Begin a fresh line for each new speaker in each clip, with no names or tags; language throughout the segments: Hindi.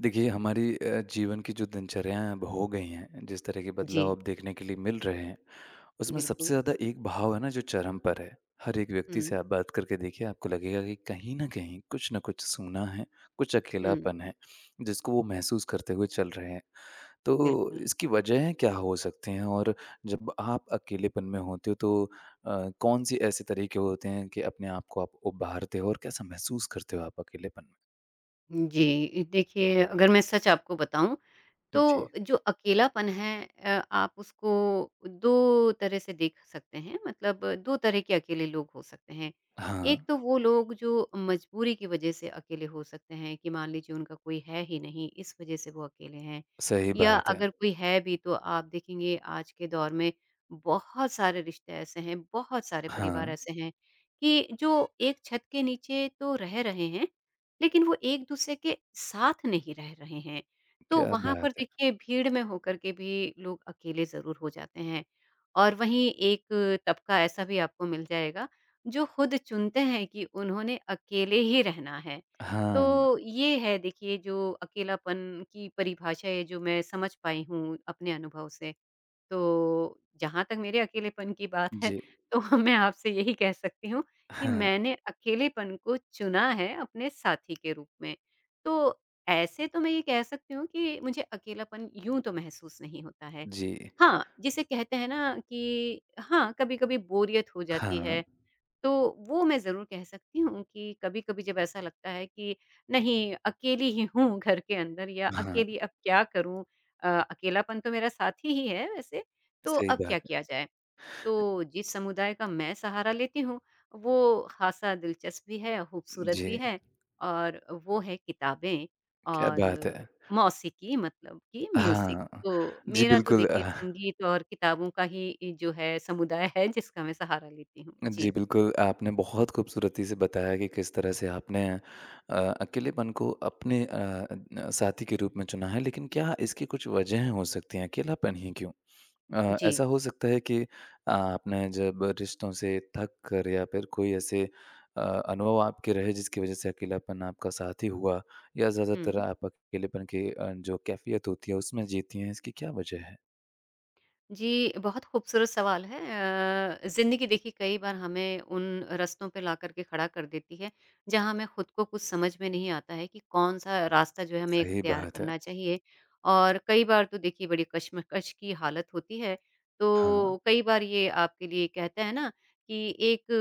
देखिए, हमारी जीवन की जो दिनचर्याएँ अब हो गई हैं, जिस तरह के बदलाव
जी,
अब देखने के लिए मिल रहे हैं, उसमें
बिल्कुल।
सबसे ज़्यादा एक भाव है ना जो चरम पर है। हर एक व्यक्ति
हुँ,
से आप बात करके देखिए, आपको लगेगा कि कहीं न कहीं कुछ न कुछ सूना है, कुछ
हुँ,
अकेलापन है, जिसको वो महसूस करते हुए चल रहे हैं। तो
बिल्कुल।
इसकी वजहें क्या हो सकती हैं? और जब आप अकेलेपन में होते हो तो कौन-से ऐसे तरीके होते हैं कि अपने आप को आप उभारते हो और कैसा महसूस करते हो आप अकेलेपन में?
जी, देखिए अगर मैं सच आपको बताऊँ तो
जी।
जो अकेलापन है आप उसको 2 तरह से देख सकते हैं मतलब 2 तरह के अकेले लोग हो सकते हैं। एक
हाँ।
तो वो लोग जो मजबूरी की वजह से अकेले हो सकते हैं कि मान लीजिए उनका कोई है ही नहीं, इस वजह से वो अकेले हैं।
सही
या
बात है।
अगर कोई है भी तो आप देखेंगे आज के दौर में बहुत सारे रिश्ते ऐसे हैं, बहुत सारे परिवार
हाँ,
ऐसे हैं कि जो एक छत के नीचे तो रह रहे हैं, लेकिन वो एक-दूसरे के साथ नहीं रह रहे हैं। तो
क्या
वहाँ पर
बात है!
देखिए भीड़ में होकर के भी लोग अकेले ज़रूर हो जाते हैं और वहीं एक तबका ऐसा भी आपको मिल जाएगा जो खुद चुनते हैं कि उन्होंने अकेले ही रहना है।
हाँ,
तो ये है देखिए जो अकेलापन की परिभाषा है जो मैं समझ पाई हूँ अपने अनुभव से। तो जहाँ तक मेरे अकेलेपन की बात है
जी।
तो मैं आपसे यही कह सकती हूँ कि
हाँ,
मैंने अकेलेपन को चुना है अपने साथी के रूप में। तो ऐसे तो मैं ये कह सकती हूँ कि मुझे अकेलापन यूँ तो महसूस नहीं होता है।
जी।
हाँ, जिसे कहते हैं ना कि हाँ, कभी-कभी बोरियत हो जाती
हाँ,
है तो वो मैं ज़रूर कह सकती हूँ कि कभी-कभी जब ऐसा लगता है कि नहीं, अकेली ही हूँ घर के अंदर या
हाँ,
अकेली अब क्या करूँ? अकेलापन तो मेरा साथी ही है वैसे, तो
सही
अब क्या
बात है।
किया जाए? तो जिस समुदाय का मैं सहारा लेती हूँ, वो ख़ासा दिलचस्प भी है, खूबसूरत भी
जी,
है और वो है किताबें
क्या
और
बात है!
मौसीकी मतलब कि म्यूज़िक।
हाँ,
तो
जी,
मेरा तो
बिल्कुल
देखिए संगीत और किताबों का ही जो है समुदाय है जिसका मैं सहारा लेती हूँ।
जी,
जी।
बिल्कुल, आपने बहुत खूबसूरती से बताया कि किस तरह से आपने अकेलेपन को अपने न साथी के रूप में चुना है, लेकिन क्या इसकी कुछ वजहें हो सकती हैं? अकेलापन ही क्यों?
जी।
ऐसा हो सकता है कि आपने जब रिश्तों से थक कर या फिर कोई ऐसे अनुभव आपके रहे जिसकी वजह से अकेलापन आपका साथी हुआ या ज़्यादातर
हुँ।
आप अकेलेपन की जो कैफ़ियत होती है उसमें जीती हैं, इसकी क्या वजह है?
जी, बहुत खूबसूरत सवाल है। ज़िंदगी देखिए कई बार हमें उन रास्तों पे ला कर के खड़ा कर देती है, जहाँ हमें खुद को कुछ समझ में नहीं आता है कि कौन-सा रास्ता जो है हमें
सही
इख्तियार
बात है।
करना चाहिए। और कई बार तो देखिए बड़ी कशमकश की हालत होती है, तो
हाँ,
कई बार ये आपके लिए कहते हैं ना कि एक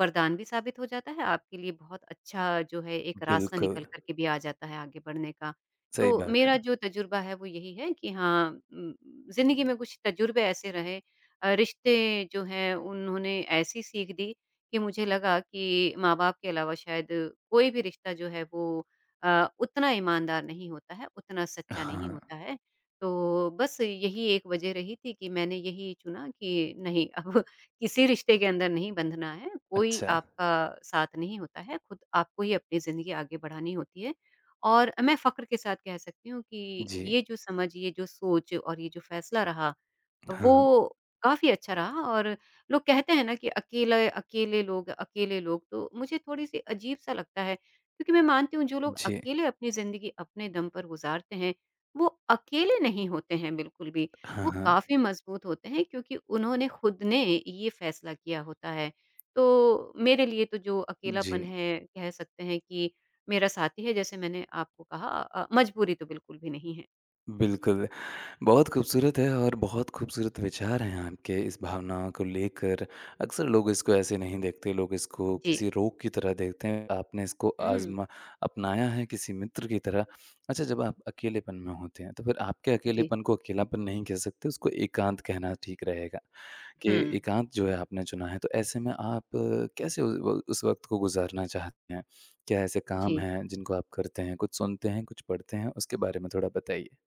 वरदान भी साबित हो जाता है, आपके लिए बहुत अच्छा जो है एक रास्ता
बिल्कुल,
निकल कर के भी आ जाता है आगे बढ़ने का। तो
सही बात
मेरा
है।
जो तजुर्बा है वो यही है कि हाँ ज़िंदगी में कुछ तजुर्बे ऐसे रहे रिश्ते जो हैं उन्होंने ऐसी सीख दी कि मुझे लगा कि माँ-बाप के अलावा शायद कोई भी रिश्ता जो है वो उतना ईमानदार नहीं होता है, उतना सच्चा नहीं
हाँ,
होता है। तो बस यही एक वजह रही थी कि मैंने यही चुना कि नहीं अब किसी रिश्ते के अंदर नहीं बंधना है, कोई
अच्छा,
आपका साथ नहीं होता है, खुद आपको ही अपनी ज़िंदगी आगे बढ़ानी होती है। और मैं फ़क्र के साथ कह सकती हूँ कि
जी,
ये जो समझ, ये जो सोच और ये जो फ़ैसला रहा,
हाँ,
वो काफ़ी अच्छा रहा और लोग कहते हैं ना कि अकेले अकेले लोग, तो मुझे थोड़ी-सी अजीब-सा लगता है क्योंकि मैं मानती हूँ जो लोग
जी,
अकेले अपनी ज़िंदगी अपने दम पर गुज़ारते हैं, वो अकेले नहीं होते हैं बिल्कुल भी।
हाँ,
वो
हाँ,
काफ़ी मज़बूत होते हैं क्योंकि उन्होंने खुद ने ये फ़ैसला किया होता है। तो मेरे लिए तो जो
जी।
अकेलापन है, कह सकते हैं कि मेरा साथी है जैसे मैंने आपको कहा मजबूरी तो बिल्कुल भी नहीं है।
बिल्कुल, बहुत खूबसूरत है और बहुत खूबसूरत विचार हैं आपके इस भावना को लेकर। अक्सर लोग इसको ऐसे नहीं देखते, लोग इसको
जी।
किसी रोग की तरह देखते हैं। आपने इसको
हुँ।
आज़मा अपनाया है किसी मित्र की तरह। अच्छा जब आप अकेलेपन में होते हैं, तो फिर आपके
जी।
अकेलेपन को अकेलापन नहीं कह सकते, उसको एकांत कहना ठीक रहेगा कि
हुँ।
एकांत जो है आपने चुना है। तो ऐसे में आप कैसे उ व उस वक़्त को गुज़ारना चाहते हैं? क्या ऐसे काम
जी।
हैं जिनको आप करते हैं? कुछ सुनते हैं, कुछ पढ़ते हैं? उसके बारे में थोड़ा बताइए।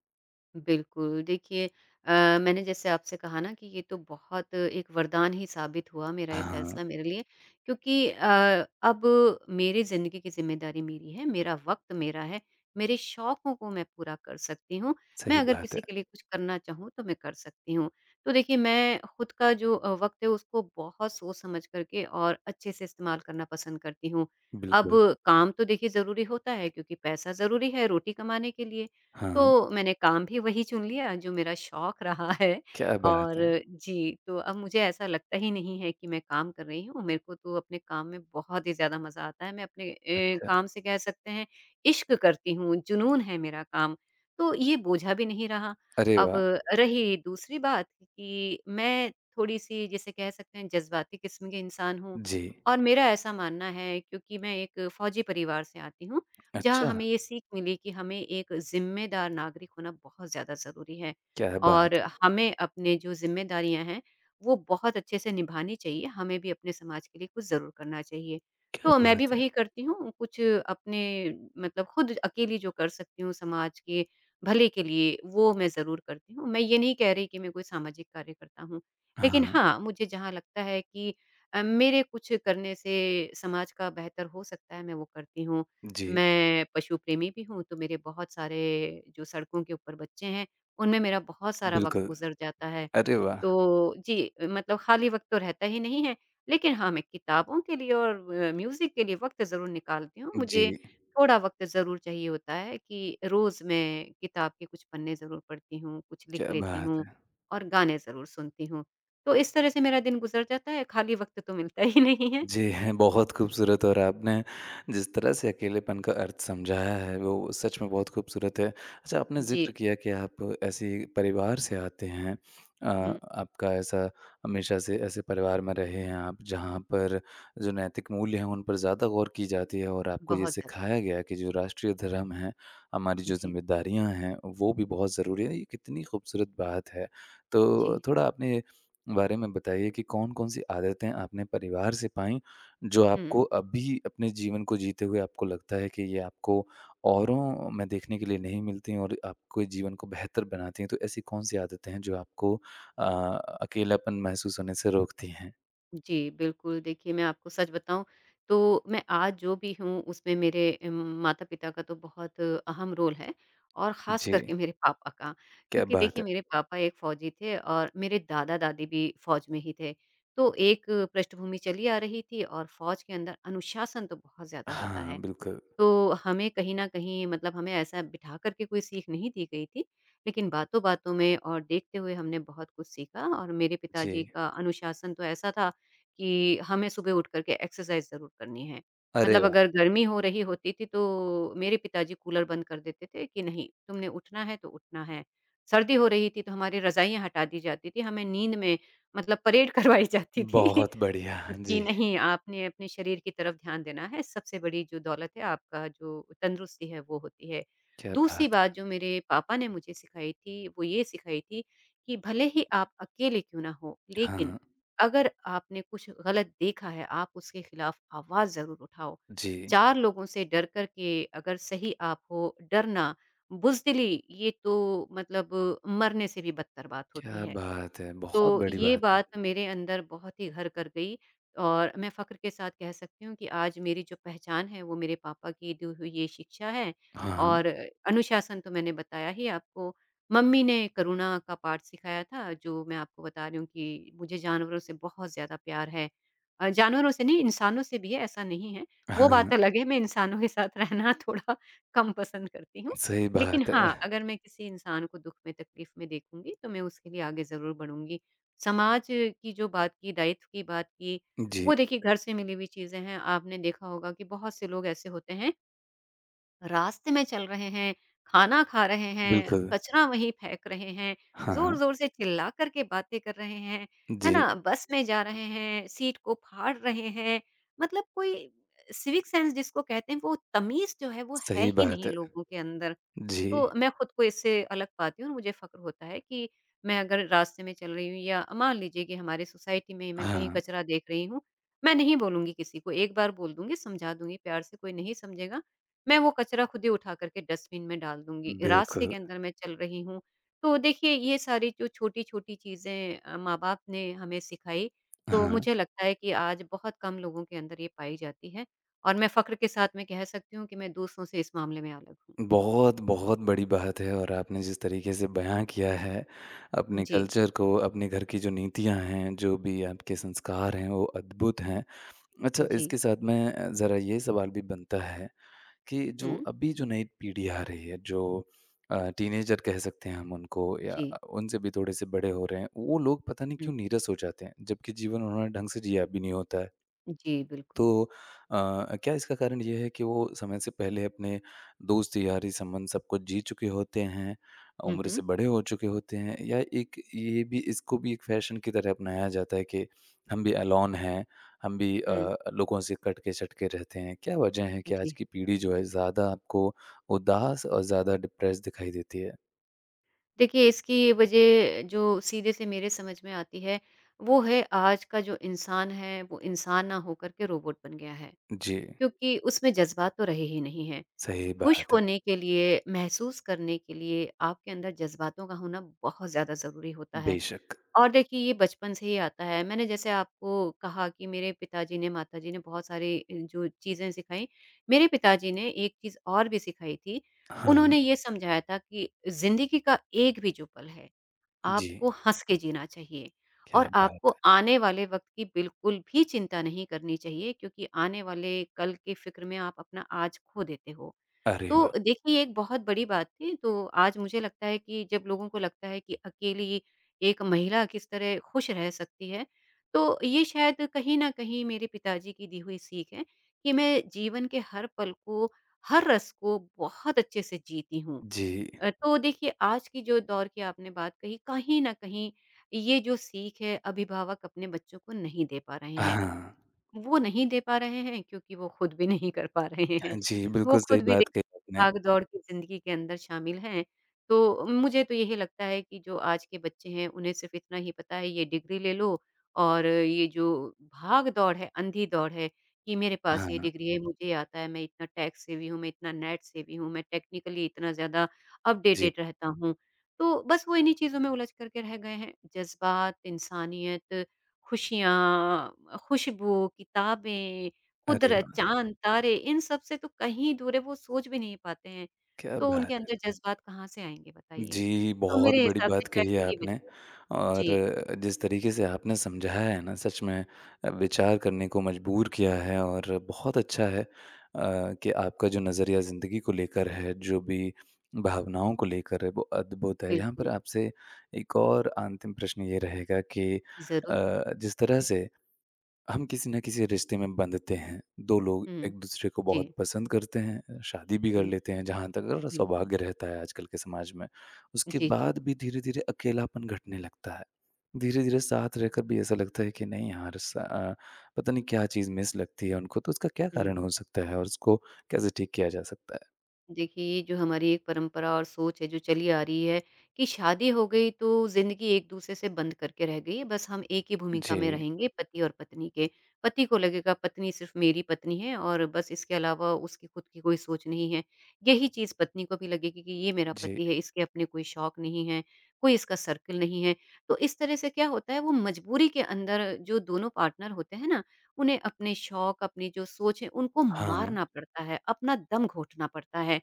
बिल्कुल, देखिए अ, मैंने जैसे आपसे कहा ना कि ये तो बहुत एक वरदान ही साबित हुआ मेरा ये
हाँ,
फ़ैसला मेरे लिए क्योंकि अब मेरी ज़िंदगी की ज़िम्मेदारी मेरी है, मेरा वक़्त मेरा है, मेरे शौकों को मैं पूरा कर सकती हूँ। मैं
सही
अगर
बात
किसी
है।
के लिए कुछ करना चाहूँ तो मैं कर सकती हूँ। तो देखिए मैं खुद का जो वक़्त है उसको बहुत सोच समझ करके और अच्छे से इस्तेमाल करना पसंद करती हूँ। अब
बिल्कुल,
काम तो देखिए ज़रूरी होता है क्योंकि पैसा ज़रूरी है रोटी कमाने के लिए।
हाँ,
तो मैंने काम भी वही चुन लिया जो मेरा शौक रहा है
क्या
और
बात है!
जी, तो अब मुझे ऐसा लगता ही नहीं है कि मैं काम कर रही हूँ। मेरे को तो अपने काम में बहुत ही ज़्यादा मज़ा आता है। मैं अपने
अच्छा,
काम से कह सकते हैं इश्क करती हूँ, जुनून है मेरा काम। तो ये बोझा भी नहीं रहा।
अरे
अब
वाह!
रही दूसरी बात कि मैं थोड़ी-सी जिसे कह सकते हैं जज़्बाती किस्म की इंसान हूँ
जी,
और मेरा ऐसा मानना है क्योंकि मैं एक फ़ौजी परिवार से आती हूँ। जहाँ
अच्छा,
हमें ये सीख मिली कि हमें एक ज़िम्मेदार नागरिक होना बहुत ज़्यादा ज़रूरी है
क्या बात
और
है!
हमें अपने जो ज़िम्मेदारियाँ हैं, वो बहुत अच्छे से निभानी चाहिए, हमें भी अपने समाज के लिए कुछ ज़रूर करना चाहिए।
क्या
तो मैं भी
बात है!
वही करती हूँ, कुछ अपने मतलब खुद अकेली जो कर सकती हूँ समाज के भले के लिए, वो मैं ज़रूर करती हूँ। मैं ये नहीं कह रही कि मैं कोई सामाजिक कार्यकर्ता हूँ,
हाँ,
लेकिन हाँ, मुझे जहाँ लगता है कि मेरे कुछ करने से समाज का बेहतर हो सकता है, मैं वो करती हूँ।
जी,
मैं पशु प्रेमी भी हूँ, तो मेरे बहुत सारे जो सड़कों के ऊपर बच्चे हैं, उनमें मेरा बहुत सारा वक़्त
बिल्कुल,
गुज़र जाता है।
अरे वाह!
तो जी, मतलब खाली वक़्त तो रहता ही नहीं है, लेकिन हाँ, मैं किताबों के लिए और म्यूज़िक के लिए वक़्त ज़रूर निकालती हूँ।
जी,
मुझे थोड़ा वक़्त ज़रूर चाहिए होता है कि रोज़ मैं किताब के कुछ पन्ने ज़रूर पढ़ती हूँ, कुछ लिख
क्या
लेती
बात
हूँ
है!
और गाने ज़रूर सुनती हूँ। तो इस तरह से मेरा दिन गुज़र जाता है, खाली वक़्त तो मिलता ही नहीं है।
जी, हैं, बहुत खूबसूरत और आपने जिस तरह से अकेलेपन का अर्थ समझाया है, वो सच में बहुत खूबसूरत है। अच्छा, आपने
जी।
ज़िक्र किया कि आप ऐसे परिवार से आते हैं। अ,
हुँ,
आपका ऐसा हमेशा से ऐसे परिवार में रहे हैं आप, जहाँ पर जो नैतिक मूल्य हैं, उन पर ज़्यादा गौर की जाती है और आपको ये
बहुत ज़्यादा।
सिखाया गया कि जो राष्ट्रीय धर्म है, हमारी जो
जी,
ज़िम्मेदारियाँ हैं, वो भी बहुत ज़रूरी है। ये कितनी खूबसूरत बात है। तो
जी।
थोड़ा आपने बारे में बताइए कि कौन-कौन सी आदतें आपने परिवार से पाई, जो
हुँ।
आपको अभी अपने जीवन को जीते हुए आपको लगता है कि ये आपको औरों में देखने के लिए नहीं मिलती हैं और आपके जीवन को बेहतर बनाती हैं? तो ऐसी कौन-सी आदतें हैं जो आपको अ, अकेलापन महसूस होने से रोकती हैं?
जी, बिल्कुल, देखिए मैं आपको सच बताऊँ तो मैं आज जो भी हूँ उसमें मेरे माता-पिता का तो बहुत अहम रोल है और ख़ास
जी,
करके मेरे पापा का।
क्या
क्योंकि
बात
देखिए
है!
मेरे पापा एक फ़ौजी थे और मेरे दादा-दादी भी फ़ौज में ही थे। तो एक पृष्ठभूमि चली आ रही थी और फ़ौज के अंदर अनुशासन तो बहुत ज़्यादा होता है।
हाँ, बिल्कुल।
तो हमें कहीं न कहीं मतलब हमें ऐसा बिठा कर के कोई सीख नहीं दी गई थी, लेकिन बातों-बातों में और देखते हुए हमने बहुत कुछ सीखा और मेरे
जी।
पिताजी का अनुशासन तो ऐसा था कि हमें सुबह उठ कर के एक्सरसाइज़ ज़रूर करनी है।
अरे
मतलब
वाह!
अगर गर्मी हो रही होती थी तो मेरे पिताजी कूलर बंद कर देते थे कि नहीं, तुमने उठना है तो उठना है। सर्दी हो रही थी तो हमारी रज़ाइयाँ हटा दी जाती थी, हमें नींद में मतलब परेड करवाई जाती थी
बहुत बढ़िया।
जी,
जी,
नहीं, आपने अपने शरीर की तरफ ध्यान देना है, सबसे बड़ी जो दौलत है आपका जो तंदुरुस्ती है वो होती है।
क्या
दूसरी
बात
बात
है!
जो मेरे पापा ने मुझे सिखाई थी, वो ये सिखाई थी कि भले ही आप अकेले क्यों ना हों, लेकिन
हाँ,
अगर आपने कुछ गलत देखा है, आप उसके खिलाफ आवाज़ ज़रूर उठाओ।
जी,
4 लोगों से डर कर के अगर सही आप हो, डरना, बुज़दिली ये तो मतलब मरने से भी बदतर बात होती
क्या
है।
बात है!
तो
बहुत बड़ी
ये
बात है।
बात मेरे अंदर बहुत ही घर कर गई और मैं फ़क्र के साथ कह सकती हूँ कि आज मेरी जो पहचान है वो मेरे पापा की दी हुई ये शिक्षा है
हाँ,
और अनुशासन तो मैंने बताया ही आपको। मम्मी ने करुणा का पाठ सिखाया था जो मैं आपको बता रही हूँ कि मुझे जानवरों से बहुत ज़्यादा प्यार है। जानवरों से नहीं इंसानों से भी है ऐसा नहीं है, वो बात
हाँ,
अलग है मैं इंसानों के साथ रहना थोड़ा कम पसंद करती हूँ।
सही
लेकिन
बात
हाँ,
है।
अगर मैं किसी इंसान को दुःख में तकलीफ़ में देखूँगी तो मैं उसके लिए आगे ज़रूर बढ़ूँगी। समाज की जो बात की, दायित्व की बात की,
जी,
वो देखिए घर से मिली हुई चीज़ें हैं। आपने देखा होगा कि बहुत से लोग ऐसे होते हैं, रास्ते में चल रहे हैं, खाना खा रहे हैं,
बिल्कुल।
कचरा वहीं फेंक रहे हैं,
हाँ, हाँ।
ज़ोर-ज़ोर से चिल्ला कर के बातें कर रहे हैं, है
जी,
ना? बस में जा रहे हैं, सीट को फाड़ रहे हैं, मतलब कोई सिविक सेंस जिसको कहते हैं, वो तमीज़ जो है, वो है
सही
ही
बात
नहीं
है।
लोगों के अंदर।
जी,
तो मैं खुद को इससे अलग पाती हूँ और मुझे फ़क्र होता है कि मैं अगर रास्ते में चल रही हूँ या मान लीजिए कि हमारे सोसाइटी में ही मैं कहीं
हाँ,
कचरा देख रही हूँ, मैं नहीं बोलूँगी किसी को, एक बार बोल दूँगी, समझा दूँगी प्यार से, कोई नहीं समझेगा। मैं वो कचरा खुद ही उठा कर के डस्टबिन में डाल दूँगी। रास्ते के
बिल्कुल।
अंदर मैं चल रही हूँ, तो देखिए ये सारी जो छोटी-छोटी चीज़ें माँ-बाप ने हमें सिखाई, तो
हाँ,
मुझे लगता है कि आज बहुत कम लोगों के अंदर ये पाई जाती है और मैं फ़क्र के साथ मैं कह सकती हूँ कि मैं दूसरों से इस मामले में अलग हूँ।
बहुत, बहुत बड़ी बात है और आपने जिस तरीके से बयाँ किया है, अपने
जी।
कल्चर को, अपने घर की जो नीतियाँ हैं, जो भी आपके संस्कार हैं, वो अद्भुत हैं। अच्छा,
जी।
इसके साथ में ज़रा ये सवाल भी बनता है कि जो
हुँ।
अभी जो नई पीढ़ी आ रही है जो टीनेजर कह सकते हैं हम उनको या
जी।
उनसे भी थोड़े से बड़े हो रहे हैं वो लोग पता नहीं
हुँ।
क्यों नीरस हो जाते हैं जबकि जीवन उन्होंने ढंग से जिया भी नहीं होता है
जी, बिल्कुल।
तो क्या इसका कारण ये है कि वो समय से पहले अपने दोस्त, यारी, संबंध सब कुछ जी चुके होते हैं,
हुँ,
उम्र
हुँ।
से बड़े हो चुके होते हैं या एक ये भी इसको भी एक फ़ैशन की तरह अपनाया जाता है कि हम भी एलोन हैं, हम भी
हुँ,
लोगों से कट के सट के रहते हैं। क्या वजह है कि आज
जी।
की पीढ़ी जो है ज़्यादा आपको उदास और ज़्यादा डिप्रेस दिखाई देती है?
देखिए इसकी वजह जो सीधे से मेरे समझ में आती है, वो है आज का जो इंसान है, वो इंसान ना होकर के रोबोट बन गया है।
जी,
क्योंकि उसमें जज़्बात तो रहे ही नहीं हैं।
सही
खुश
बात है।
होने के लिए, महसूस करने के लिए आपके अंदर जज़्बातों का होना बहुत ज़्यादा ज़रूरी होता है।
बेशक।
और देखिए ये बचपन से ही आता है। मैंने जैसे आपको कहा कि मेरे पिताजी ने, माताजी ने बहुत सारी जो चीज़ें सिखाई, मेरे पिताजी ने एक चीज़ और भी सिखाई थी। उन्होंने
हाँ,
ये समझाया था कि ज़िंदगी का एक भी जो पल है,
जी,
आपको हँस के जीना चाहिए और
क्या बात
आपको
है!
आने वाले वक़्त की बिल्कुल भी चिंता नहीं करनी चाहिए क्योंकि आने वाले कल की फ़िक्र में आप अपना आज खो देते हो।
अरे
तो
वाह!
देखिए, ये एक बहुत बड़ी बात थी, तो आज मुझे लगता है कि जब लोगों को लगता है कि अकेली एक महिला किस तरह खुश रह सकती है, तो ये शायद कहीं न कहीं मेरे पिताजी की दी हुई सीख है कि मैं जीवन के हर पल को, हर रस को बहुत अच्छे से जीती हूँ।
जी,
तो देखिए, आज की जो दौर की आपने बात कही, कहीं न कहीं ये जो सीख है, अभिभावक अपने बच्चों को नहीं दे पा रहे हैं।
हाँ।
वो नहीं दे पा रहे हैं क्योंकि वो खुद भी नहीं कर पा रहे हैं।
जी,
वो
बिल्कुल सही
खुद भी
बात कही
देखिए
आपने।
भाग-दौड़ की ज़िंदगी के अंदर शामिल हैं। तो मुझे तो यही लगता है कि जो आज के बच्चे हैं उन्हें सिर्फ़ इतना ही पता है ये डिग्री ले लो और ये जो भाग-दौड़ है, अंधी दौड़ है कि मेरे पास ये
हाँ,
डिग्री है, मुझे ये आता है, मैं इतना टैक्स सेवी हूँ, मैं इतना नेट सेवी हूँ, मैं टेक्निकली इतना ज़्यादा
जी।
अपडेटेड रहता हूँ। तो बस वो इन्हीं चीज़ों में उलझ कर के रह गए हैं। जज़्बात, इंसानियत खुशियाँ, खुशबू, किताबें,
अरे
कुदरत,
वाह!
चाँद, तारे इन सब से तो कहीं दूर है, वो सोच भी नहीं पाते हैं।
क्या
तो
बात
उनके
है।
अंदर जज़्बात कहाँ से आएँगे बताइए?
जी,
तो
बहुत
मेरे
बड़ी
हिसाब से
बात
शायद
कही है
यही
आपने
वजह है।
और
जी,
जिस तरीके से आपने समझाया है ना सच में विचार करने को मजबूर किया है और बहुत अच्छा है कि आपका जो नज़रिया ज़िंदगी को लेकर है, जो भी भावनाओं को लेकर है वो अद्भुत है। यहाँ पर
बिल्कुल,
आपसे एक और अंतिम प्रश्न ये रहेगा कि
ज़रूर।
जिस तरह से हम किसी न किसी रिश्ते में बंधते हैं। 2 लोग
हुँ,
एक-दूसरे को बहुत
जी।
पसंद करते हैं, शादी भी कर
हुँ,
लेते हैं, जहाँ तक अगर
बिल्कुल।
सौभाग्य रहता है आजकल के समाज में। उसके
जी, जी।
बाद भी धीरे-धीरे अकेलापन घटने लगता है। धीरे-धीरे साथ रहकर भी ऐसा लगता है कि नहीं यार पता नहीं क्या चीज़ मिस लगती है उनको, तो उसका क्या
हुँ।
कारण हो सकता है और उसको कैसे ठीक किया जा सकता है?
देखिए, ये जो हमारी एक परंपरा और सोच है जो चली आ रही है कि शादी हो गई तो ज़िंदगी एक-दूसरे से बंद करके रह गई है, बस हम एक ही भूमिका में
जी,
रहेंगे पति और पत्नी के। पति को लगेगा पत्नी सिर्फ़ मेरी पत्नी है और बस इसके अलावा उसकी खुद की कोई सोच नहीं है। यही चीज़ पत्नी को भी लगेगी कि ये मेरा
जी।
पति है, इसके अपने कोई शौक नहीं हैं, कोई इसका सर्कल नहीं है। तो इस तरह से क्या होता है वो मजबूरी के अंदर जो दोनों पार्टनर होते हैं ना, उन्हें अपने शौक, अपनी जो सोच है उनको
हाँ,
मारना पड़ता है, अपना दम घोटना पड़ता है।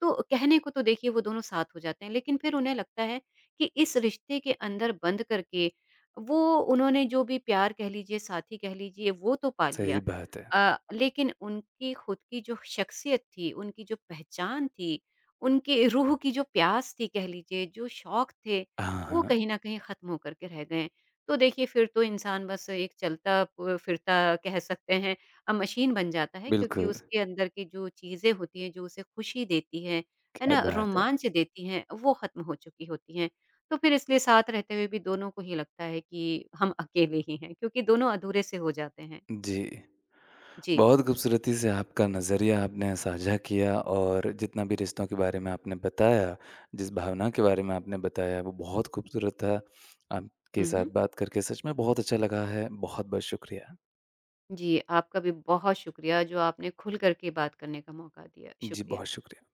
तो कहने को तो देखिए वो दोनों साथ हो जाते हैं, लेकिन फिर उन्हें लगता है कि इस रिश्ते के अंदर बंद करके वो उन्होंने जो भी प्यार कह लीजिए, साथी कह लीजिए वो तो पा लिया।
सही बात है।
लेकिन उनकी खुद की जो शख्सियत थी, उनकी जो पहचान थी, उनकी रूह की जो प्यास थी कह लीजिए, जो शौक थे,
हाँ,
वो
हाँ।
कहीं न कहीं ख़त्म होकर के रह गए। तो देखिए फिर तो इंसान बस एक चलता प फिरता कह सकते हैं मशीन बन जाता है क्योंकि
बिल्कुल,
उसके अंदर की जो चीज़ें होती हैं, जो उसे खुशी देती हैं, है
क्या
ना?
बात है।
रोमांच देती हैं, वो खत्म हो चुकी होती हैं। तो फिर इसलिए साथ रहते हुए भी दोनों को ही लगता है कि हम अकेले ही हैं क्योंकि दोनों अधूरे से हो जाते हैं।
जी।
जी।
बहुत खूबसूरती से आपका नज़रिया आपने साझा किया और जितना भी रिश्तों के बारे में आपने बताया, जिस भावना के बारे में आपने बताया वो बहुत खूबसूरत था। आपके
हुँ,
साथ
हुँ।
बात करके सच में बहुत अच्छा लगा है। बहुत-बहुत शुक्रिया।
जी, आपका भी बहुत शुक्रिया जो आपने खुल कर के बात करने का मौका दिया।
जी,
शुक्रिया।
बहुत शुक्रिया।